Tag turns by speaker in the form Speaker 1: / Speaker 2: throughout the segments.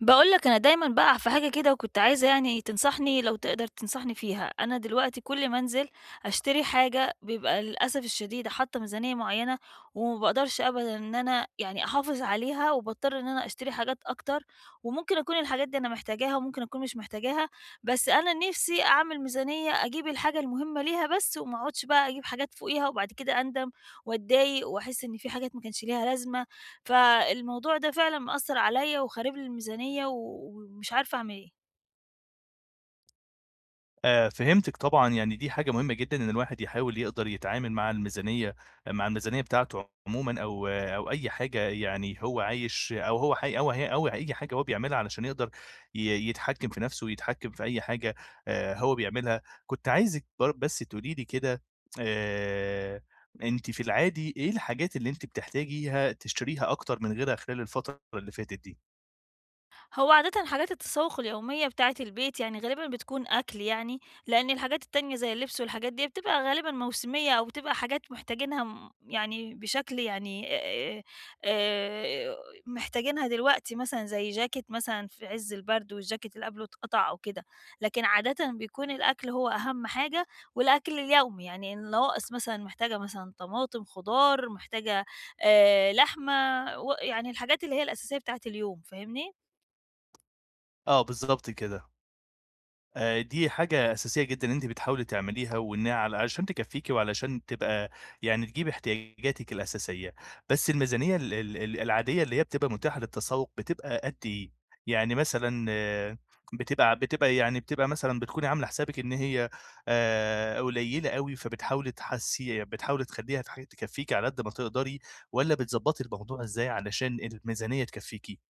Speaker 1: باقول لك أنا دايمًا باقع في حاجة كده وكنت عايزة يعني تنصحني لو تقدر تنصحني فيها، أنا دلوقتي كل ما أنزل أشتري حاجة بيبقى للأسف الشديد حاطة ميزانية معيّنة وما باقدرش أبدًا إن أنا يعني أحافظ عليها وباضطر إن أنا أشتري حاجات أكتر، وممكن أكون الحاجات دي أنا محتاجاها وممكن أكون مش محتاجاها، بس أنا نِفْسي أعمل ميزانية أجيب الحاجة المهمة ليها بس وما أقعدش بقى أجيب حاجات فوقيها وبعد كده أندم وأتضايق وأحس إن في حاجات ما كانش ليها لازمة فالموضوع ده فعلًا مأثّر عليَّ وخارب لي الميزانية و ومش عارفة أعمل إيه.
Speaker 2: آه، فهمتِك طبعًا، يعني دي حاجة مهمة جدًا إن الواحد يحاول يقدر يتعامل مع الميزانية بتاعته عمومًا، أو أي حاجة، يعني هو عايش أو هو حي أو هي، أو أي حاجة هو بيعملها علشان يقدر يتحكم في نَفْسه ويتحكم في أي حاجة هو بيعملها. كنت عايزِك بس تقولي لي كده. آآ، أنتِ في العادي إيه الحاجات اللي أنتِ بتحتاجيها تشتريها أكتر من غيرها خلال الفترة اللي فاتت دي؟
Speaker 1: هو عادةً حاجات التسوق اليومية بتاعة البيت يعني غالبًا بتكون أكل يعني، لأن الحاجات التانية زي اللبس والحاجات دي بتبقى غالبًا موسمية أو بتبقى حاجات محتاجينها م يعني بشكل يعني آآ، محتاجينها دلوقتي مثلًا زي جاكيت مثلًا في عز البرد والجاكيت اللي قبله اتقطع أو كده، لكن عادةً بيكون الأكل هو أهم حاجة والأكل اليومي، يعني النواقص مثلًا محتاجة مثلًا طماطم، خضار، محتاجة لحمة و يعني الحاجات اللي هي الأساسية بتاعة اليوم، فاهمني؟
Speaker 2: آه، بالضبط كده. دي حاجة أساسية جدًا أنتِ بتحاولي تعمليها، وإنها على عشان تكفّيكِ وعلشان تبقى، يعني تجيبي احتياجاتِك الأساسية. بس الميزانية ال ال ال العادية اللي هي بتبقى متاحة للتسوّق بتبقى قد إيه؟ يعني مثلًا، بتبقى يعني مثلًا بتكوني عاملة حسابِك إن هي قليلة أوي، فبتحاولي تحسّي بتحاولي تخلّيها تكفّيكِ على قد ما تقدري، والّا بتضبّطي الموضوع إزاي علشان الميزانية تكفّيكِ؟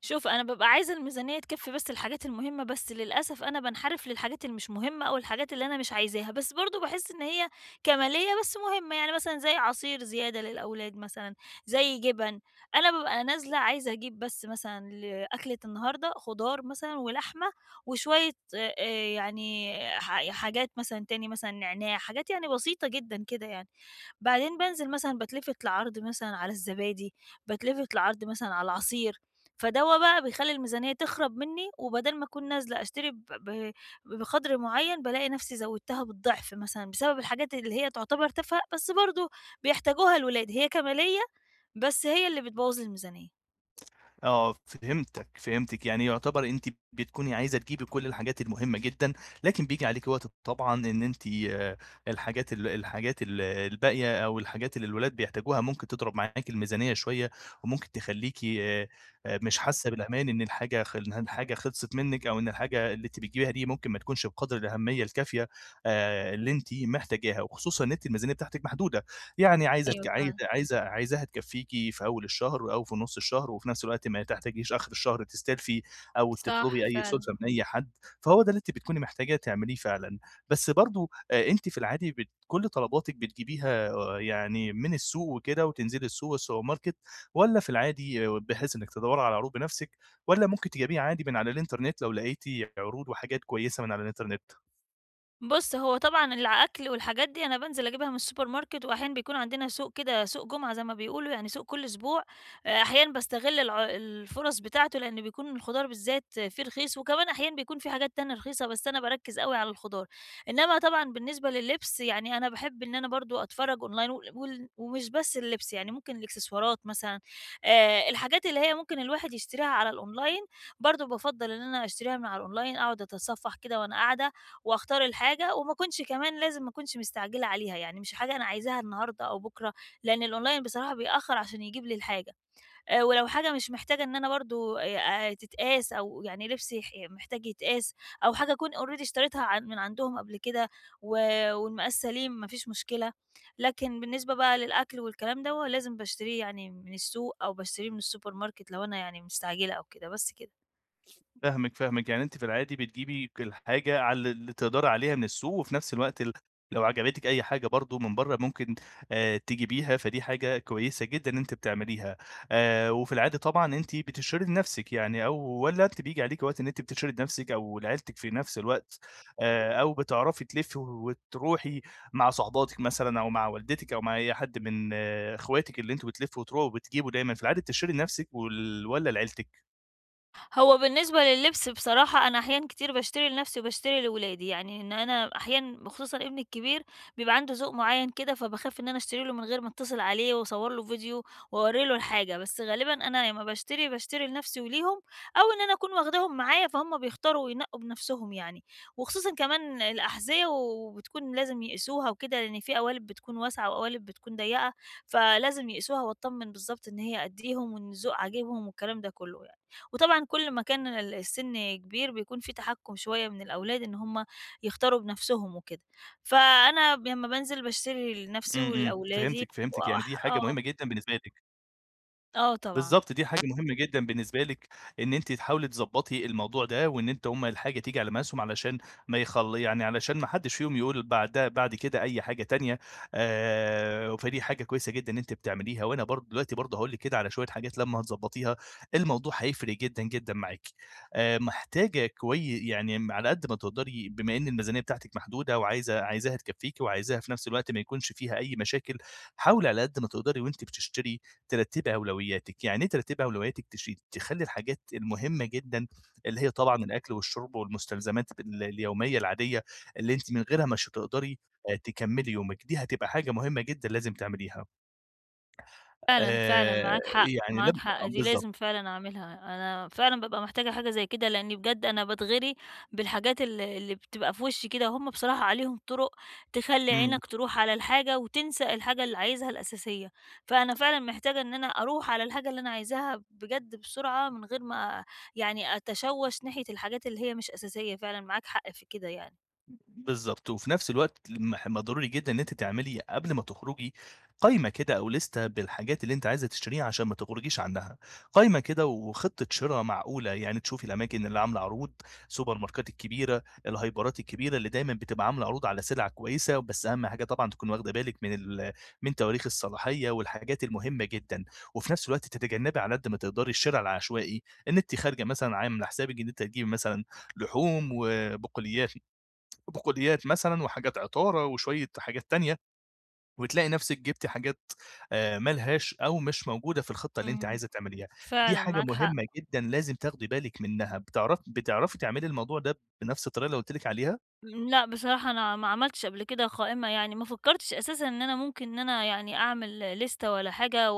Speaker 1: شوف أنا بابقى عايزة الميزانية تكفّي بس الحاجات المهمة، بس للأسف أنا بانحرف للحاجات اللي مش مهمة أو الحاجات اللي أنا مش عايزاها، بس برضه باحس إن هي كمالية بس مهمة، يعني مثلًا زي عصير زيادة للأولاد مثلًا، زي جبن، أنا بابقى نازلة عايزة أجيب بس مثلًا لأكلة النهارده خضار مثلًا ولحمة وشوية يعني حاجات مثلًا تاني مثلًا نعناع، حاجات يعني بسيطة جدًا كده يعني. بعدين بانزل مثلًا باتلفت لعرض مثلًا على الزبادي، باتلفت لعرض مثلًا على العصير، فدَوّة بقى بيخلّي الميزانية تخرب منّي، وبدال ما أكون نازلة أشتري ب ب بقدر معيّن، بالاقي نفسي زوّدتها بالضعف مثلًا، بسبب الحاجات اللي هي تعتبر تافهة، بس برضه بيحتاجوها الولاد، هي كمالية بس هي اللي بتبوّظ الميزانية.
Speaker 2: اه، فهمتك. يعني يعتبر انت بتكوني عايزه تجيبي كل الحاجات المهمه جدا، لكن بيجي عليك وقت طبعا ان انت آه، الحاجات الباقيه، او الحاجات اللي الولاد بيحتاجوها ممكن تضرب معاك الميزانيه شويه، وممكن تخليكي مش حاسه بالامان ان الحاجه خلصت منك، او ان الحاجه اللي انت بتجيبيها دي ممكن ما تكونش بقدر الاهميه الكافيه اللي انت محتاجاها، وخصوصا ان انت الميزانيه بتاعتك محدوده. يعني عايزة تك
Speaker 1: أيوه
Speaker 2: عايزة
Speaker 1: فعلًا،
Speaker 2: عايزة عايزاها تكفّيكِ في أول الشهر أو في نُص الشهر، وفي نفس الوقت ما تحتاجيش آخر الشهر تستلفي أو
Speaker 1: صح
Speaker 2: تطلبي أي
Speaker 1: فعلًا.
Speaker 2: سُلفة من أي حد. فهو ده اللي أنتِ بتكوني محتاجة تعمليه فعلًا. بس برضه، أنتِ في العادي كل طلباتِك بتجيبيها، يعني من السوق وكده وتنزلي السوق والسوبر ماركت، والّا في العادي، بحيث إنِّك تدوّري على عروض بنفسِك، والّا ممكن تجيبيه عادي من على الإنترنت لو لقيتِ عروض وحاجات كويسة من على الإنترنت؟
Speaker 1: بُص، هو طبعًا الأكل والحاجات دي أنا بانزل أجيبها من السوبر ماركت، وأحيانًا بيكون عندنا سوق كده سوق جمعة زي ما بيقولوا، يعني سوق كل أسبوع، أحيانًا باستغل الفرص بتاعته، لإن بيكون الخضار بالذات فيه رخيص، وكمان أحيانًا بيكون في حاجات تانية رخيصة، بس أنا باركّز أوي على الخضار. إنما طبعًا بالنسبة لللبس، يعني أنا باحب إن أنا برضه أتفرّج أونلاين وال وال ومش بس اللبس، يعني ممكن الإكسسوارات مثلًا، الحاجات اللي هي ممكن الواحد يشتريها على الأونلاين، برضه بافضّل إن أنا أشتريها من على الأونلاين، أقعد أتصفّح كده وأنا قاعدة، واختار الحاجة وما أكونش كمان لازم ما أكونش مستعجلة عليها، يعني مش حاجة أنا عايزاها النهارده أو بُكرة، لإن الأونلاين بصراحة بيأخّر عشان يجيب لي الحاجة، ولو حاجة مش محتاجة إن أنا برضه تتقاس أو يعني لبسي محتاج يتقاس أو حاجة أكون already اشتريتها عن من عندهم قبل كده و والمقاس سليم ما فيش مشكلة، لكن بالنسبة بقى للأكل والكلام دوّة لازم باشتريه يعني من السوق أو باشتريه من السوبر ماركت لو أنا يعني مستعجلة أو كده، بس كده.
Speaker 2: فاهمِك، فاهمِك. يعني أنتِ في العادي بتجيبي الحاجة على اللي تقدري عليها من السوق، وفي نفس الوقت لو عجبتِك أي حاجة برضه من برّه ممكن تجيبيها، فدي حاجة كويسة جدًا إن أنتِ بتعمليها. وفي العادي طبعًا أنتِ بتشتري لنفسِك، يعني أو والّا أنتِ بييجي عليكِ وقت إن أنتِ بتشتري لنفسِك أو لعيلتِك في نفس الوقت، أو بتعرفي تلفّي وتروحي مع صاحباتِك مثلًا أو مع والدتِك أو مع أي حد من إخواتِك اللي أنتم بتلفّوا وتروحوا وبتجيبوا دايمًا، في العادي بتشتري لنفسِك والّا لعيلتِك؟
Speaker 1: هو بالنسبة لللبس بصراحة أنا أحيان كتير باشتري لنفسي وباشتري لولادي، يعني إن أنا أحيانا خصوصًا ابني الكبير بيبقى عنده ذوق معيّن كده، فباخاف إن أنا أشتري له من غير ما أتصل عليه وأصور له فيديو وأورّي له الحاجة، بس غالبًا أنا لمّا باشتري، باشتري لنفسي وليهم، أو إن أنا أكون واخداهم معايا فهُم بيختاروا وينقّوا بنفسهم يعني، وخصوصًا كمان الأحذية وبتكون لازم يقيسوها وكده، لإن في قوالب بتكون واسعة وقوالب بتكون ضيّقة، فلازم يقيسوها وأتطمن بالضبط إن هي قدّيهم وإن الذوق عاجبهم والكلام ده كله يعني. وطبعًا كل ما كان السن كبير بيكون في تحكُّم شوية من الأولاد إن هم يختاروا بنفسهم وكده. فأنا لمّا بانزل باشتري لنفسي
Speaker 2: إمم، إمم،
Speaker 1: ولأولادي
Speaker 2: فهمتِك، فهمتِك. يعني دي حاجة مهمة
Speaker 1: آه،
Speaker 2: جدًا بالنسبة لِك.
Speaker 1: آه طبعًا.
Speaker 2: بالضبط، دي حاجة مهمة جدًا بالنسبة لِك، إن أنتِ تحاولي تضبّطي الموضوع ده، وإن أنتِ هُم الحاجة تيجي على مقاسهم، علشان ما يخل يعني علشان ما حدش فيهم يقول بعدها بعد كده أي حاجة تانية. فدي حاجة كويسة جدًا إن أنتِ بتعمليها، وأنا برضه دلوقتي برضه هاقول لِك كده على شوية حاجات لمّا هتضبّطيها، الموضوع هيفرق جدًا، جدًا معاكِ. محتاجة يعني على قد ما تقدري، بما إن الميزانية بتاعتِك محدودة، وعايزة عايزاها تكفّيكِ وعايزاها في نفس الوقت ما يكونش فيها أي مشاكل. حاولي على قد ما تقدري، وأنتِ بتشتري ترتّبي أولوياتِك، يعني إيه ترتّبي أولوياتِك تخلّي الحاجات المهمة جدًا اللي هي طبعًا الأكل والشرب والمستلزمات اليومية العادية اللي أنتِ من غيرها مش هتقدري تكمّلي يومِك، دي هتبقى حاجة مهمة جدًا لازم تعمليها.
Speaker 1: فعلًا، فعلًا
Speaker 2: آآ
Speaker 1: معاك حق،
Speaker 2: يعني
Speaker 1: معاك
Speaker 2: لم
Speaker 1: حق،
Speaker 2: آه
Speaker 1: دي
Speaker 2: بالضبط.
Speaker 1: لازم فعلًا أعملها، أنا فعلًا بابقى محتاجة حاجة زي كده، لإني بجد أنا باتغري بالحاجات اللي بتبقى في وشي كده، وهُم بصراحة عليهم طُرق تخلّي
Speaker 2: إمم.
Speaker 1: عينك تروح على الحاجة وتنسى الحاجة اللي عايزها الأساسية، فأنا فعلًا محتاجة إن أنا أروح على الحاجة اللي أنا عايزاها بجد بسرعة، من غير ما يعني أتشوّش ناحية الحاجات اللي هي مش أساسية، فعلًا معاك حق في كده يعني.
Speaker 2: بالضبط، وفي نفس الوقت ما ضروري جدًا إن أنتِ تعملي قبل ما تخرجي قايمة كده أو ليستة بالحاجات اللي أنتِ عايزة تشتريها عشان ما تخرجيش عنها، قايمة كده وخطة شرا معقولة، يعني تشوفي الأماكن اللي عاملة عروض، سوبر ماركات الكبيرة، الهايبرات الكبيرة اللي دايمًا بتبقى عاملة عروض على سلع كويسة. بس أهم حاجة طبعًا تكوني واخدة بالِك من تواريخ الصلاحية والحاجات المهمة جدًا، وفي نفس الوقت تتجنبي على قد ما تقدري الشرا العشوائي، إن أنتِ خارجة مثلًا عاملة حسابِك إن أنتِ هتجيبي مثلًا لحوم وبقوليات مثلًا وحاجات عطارة وشوية حاجات تانية، وتلاقي نَفْسِك جِبتِ حاجات ما لهاش أو مش موجودة في الخطة اللي أنتِ
Speaker 1: إمم،
Speaker 2: عايزة تعمليها. دي
Speaker 1: فعلًا
Speaker 2: حاجة
Speaker 1: معاك حق.
Speaker 2: مهمة جدًا لازم تاخدي بالِك منّها. بتعرفي تعملي الموضوع ده بنَفْس الطريقة اللي قُلت لِك عليها؟
Speaker 1: لأ، بصراحة أنا ما عملتش قبل كده قائمة يعني، ما فكّرتش أساسًا إن أنا ممكن إن أنا يعني أعمل لِستة ولا حاجة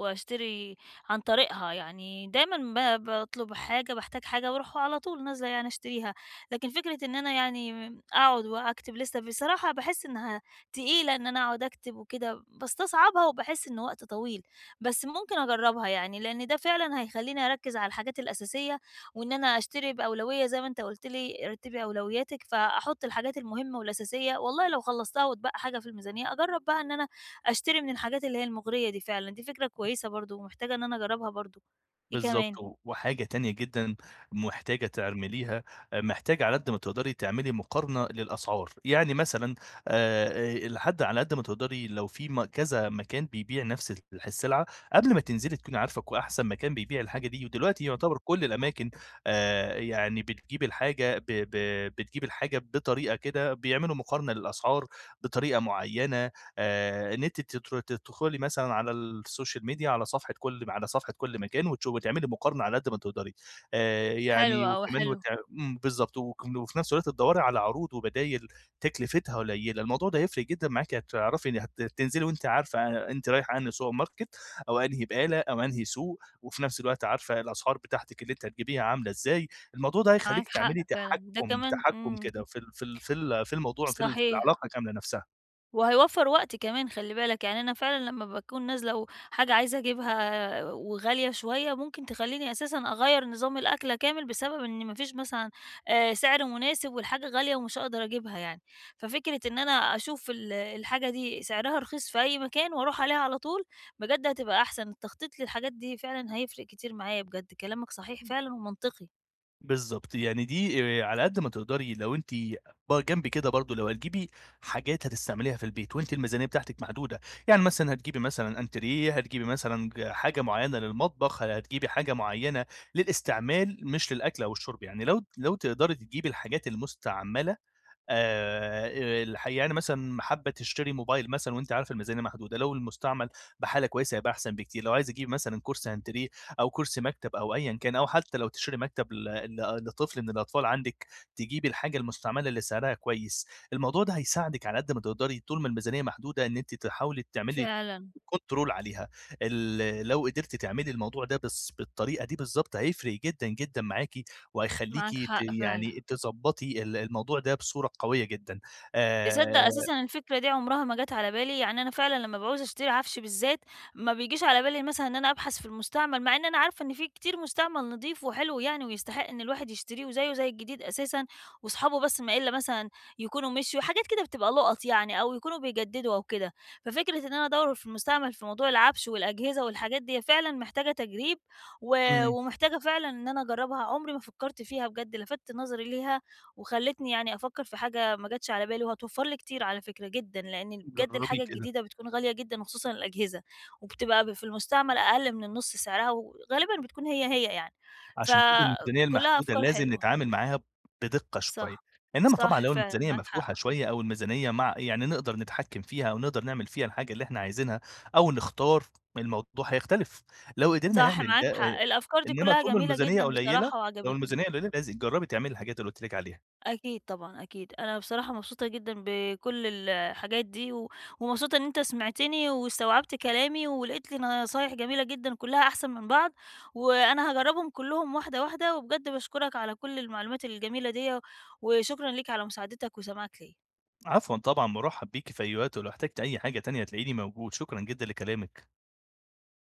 Speaker 1: وأشتري عن طريقها، يعني دايمًا باطلب حاجة، باحتاج حاجة باروح على طول نازلة يعني أشتريها، لكن فكرة إن أنا يعني أقعد وأكتب لِستة بصراحة باحس إنها تقيلة إن أنا أقعد أكتب وكده، باستصعبها وباحس إن وقت طويل، بس ممكن أجرّبها يعني، لإن ده فعلًا هيخلّيني أركّز على الحاجات الأساسية وإن أنا أشتري بأولوية زي ما أنت قُلت لي رتّبي أولوياتِك، فأحُط الحاجات المهمة والأساسية، والله لو خلّصتها واتبقى حاجة في الميزانية، أجرّب بقى إن أنا أشتري من الحاجات اللي هي المُغرية دي فعلًا، دي فكرة كويسة برضه ومحتاجة إن أنا أجرّبها برضه. إيه
Speaker 2: بالضبط،
Speaker 1: كمان؟
Speaker 2: وحاجة تانية جدًا محتاجة تعمليها. آه، محتاجة على قد ما تقدري تعملي مقارنة للأسعار، يعني مثلًا لحد على قد ما تقدري لو في كذا مكان بيبيع نفس السلعة، قبل ما تنزلي تكوني عارفة أحسن مكان بيبيع الحاجة دي. ودلوقتي يعتبر كل الأماكن يعني بتجيب الحاجة بطريقة كده، بيعملوا مقارنة للأسعار بطريقة معينة. إن أنتِ تدخلي مثلًا على السوشيال ميديا على صفحة كل مكان وتعملي مقارنة على قد ما تقدري،
Speaker 1: حلو
Speaker 2: يعني
Speaker 1: أوي،
Speaker 2: وكمان
Speaker 1: حلو،
Speaker 2: إمم بالضبط. وفي نفس الوقت تدوّري على عروض وبدايل تكلفتها قليلة، الموضوع ده هيفرق جدًا معاكِ. هتعرفي إن تنزلي وأنتِ عارفة أنتِ رايحة أنهي سوبر ماركت أو أنهي بقالة أو أنهي سوق، وفي نفس الوقت عارفة الأسعار بتاعتِك اللي أنتِ هتجيبيها عاملة إزاي. الموضوع ده هيخلّيكِ
Speaker 1: معاك حق
Speaker 2: تعملي
Speaker 1: فعلًا، ده
Speaker 2: تحكُّم
Speaker 1: كمان
Speaker 2: تحكُّم كده في الموضوع، في
Speaker 1: صحيح.
Speaker 2: العلاقة كاملة نفسها.
Speaker 1: وهيوفّر وقت كمان خلّي بالك، يعني أنا فعلًا لمّا باكون نازلة وحاجة عايزة أجيبها وغالية شوية، ممكن تخلّيني أساسًا أغيّر نظام الأكلة كامل بسبب إن ما فيش مثلًا سعر مناسب والحاجة غالية ومش هاقدر أجيبها يعني. ففكرة إن أنا أشوف الحاجة دي سعرها رخيص في أي مكان وأروح عليها على طول، بجد هتبقى أحسن، التخطيط للحاجات دي فعلًا هيفرق كتير معايا بجد، كلامك صحيح فعلًا ومنطقي.
Speaker 2: بالضبط، يعني دي على قد ما تقدري، لو أنتِ جنب كده برضه لو هتجيبي حاجات هتستعمليها في البيت وأنتِ الميزانية بتاعتِك محدودة، يعني مثلًا هتجيبي مثلًا أنتريه، هتجيبي مثلًا حاجة معيّنة للمطبخ، هتجيبي حاجة معيّنة للاستعمال مش للأكل أو الشرب، يعني لو تقدري تجيبي الحاجات المستعملة. الحقيقة يعني مثلًا حابة تشتري موبايل مثلًا وأنتِ عارفة الميزانية محدودة، لو المستعمل بحالة كويسة هيبقى أحسن بكتير. لو عايزة تجيبي مثلًا كرسي هانتريه أو كرسي مكتب أو أيًا كان، أو حتى لو تشتري مكتب ل ل لطفل من الأطفال عندِك، تجيبي الحاجة المستعملة اللي سعرها كويس. الموضوع ده هيساعدِك على قد ما تقدري طول ما الميزانية محدودة إن أنتِ تحاولي تعملي
Speaker 1: فعلًا،
Speaker 2: كنترول عليها. لو قدرتِ تعملي الموضوع ده بالطريقة دي بالضبط هيفرق جدًا، جدًا معاكِ، وهيخلّيكِ
Speaker 1: معاك حق فعلًا.
Speaker 2: يعني تضبّطي الموضوع ده بصورة قوية جدًا. آآ
Speaker 1: تصدّق أساسًا الفكرة دي عمرها ما جات على بالي، يعني أنا فعلًا لمّا باعوز أشتري عفش بالذات، ما بيجيش على بالي مثلًا إن أنا أبحث في المستعمل، مع إن أنا عارفة إن في كتير مستعمل نضيف وحلو يعني ويستحق إن الواحد يشتريه وزيه زي الجديد أساسًا، واصحابه بس ما إلا مثلًا يكونوا مشيوا، حاجات كده بتبقى لُقط يعني أو يكونوا بيجددوا أو كده، ففكرة إن أنا أدوّر في المستعمل في موضوع العفش والأجهزة والحاجات دي فعلًا محتاجة تجريب،
Speaker 2: إمم،
Speaker 1: ومحتاجة فعلًا إن أنا أجرّبها، عمري ما فكّرت فيها بجد، لفتت نظري ليها وخلّتني يعني أفكّر في حاجة ما جاتش على بالي، وهتوفّر لي كتير على فكرة جدًا، لإن بجد
Speaker 2: جرّبي
Speaker 1: الحاجة
Speaker 2: كده.
Speaker 1: الجديدة بتكون غالية جدًا وخصوصًا الأجهزة، وبتبقى في المستعمل أقل من النُص سعرها، وغالبًا بتكون هي يعني.
Speaker 2: عشان كده الميزانية
Speaker 1: فكلّها
Speaker 2: المحدودة
Speaker 1: أفكار
Speaker 2: لازم
Speaker 1: حلوة.
Speaker 2: نتعامل معاها بدقة شوية،
Speaker 1: صح،
Speaker 2: إنّما طبعًا
Speaker 1: صح
Speaker 2: لو
Speaker 1: فعلًا
Speaker 2: الميزانية
Speaker 1: معاك
Speaker 2: مفتوحة
Speaker 1: حق،
Speaker 2: شوية، أو الميزانية يعني نقدر نتحكّم فيها أو نقدر نعمل فيها الحاجة اللي إحنا عايزينها أو نختار، الموضوع هيختلف، لو قدرنا
Speaker 1: صح
Speaker 2: نعمل
Speaker 1: معاك
Speaker 2: ده.
Speaker 1: حق. الأفكار دي
Speaker 2: إنّما
Speaker 1: كلّها
Speaker 2: طول ما
Speaker 1: جميلة
Speaker 2: الميزانية
Speaker 1: جدًا
Speaker 2: قليّلة،
Speaker 1: بصراحة
Speaker 2: لو
Speaker 1: وعجبتني.
Speaker 2: الميزانية قليّلة جرّبي تعملي الحاجات اللي قُلت لِك عليها.
Speaker 1: أكيد طبعًا، أكيد. أنا بصراحة مبسوطة جدًا بكل الحاجات دي، ومبسوطة إن أنت سمعتني واستوعبت كلامي، ولقيت لي نصايح جميلة جدًا كلها أحسن من بعض، وأنا هاجربهم كلهم واحدة، واحدة، وبجد باشكرك على كل المعلومات الجميلة ديّة، وشكرًا ليك على مساعدتك وسماعك ليّا.
Speaker 2: عفوًا طبعًا، مُرحّب بيكِ في أي وقت، ولو احتجتِ أي حاجة تانية هتلاقيني موجود، شكرًا جدًا لكلامِك.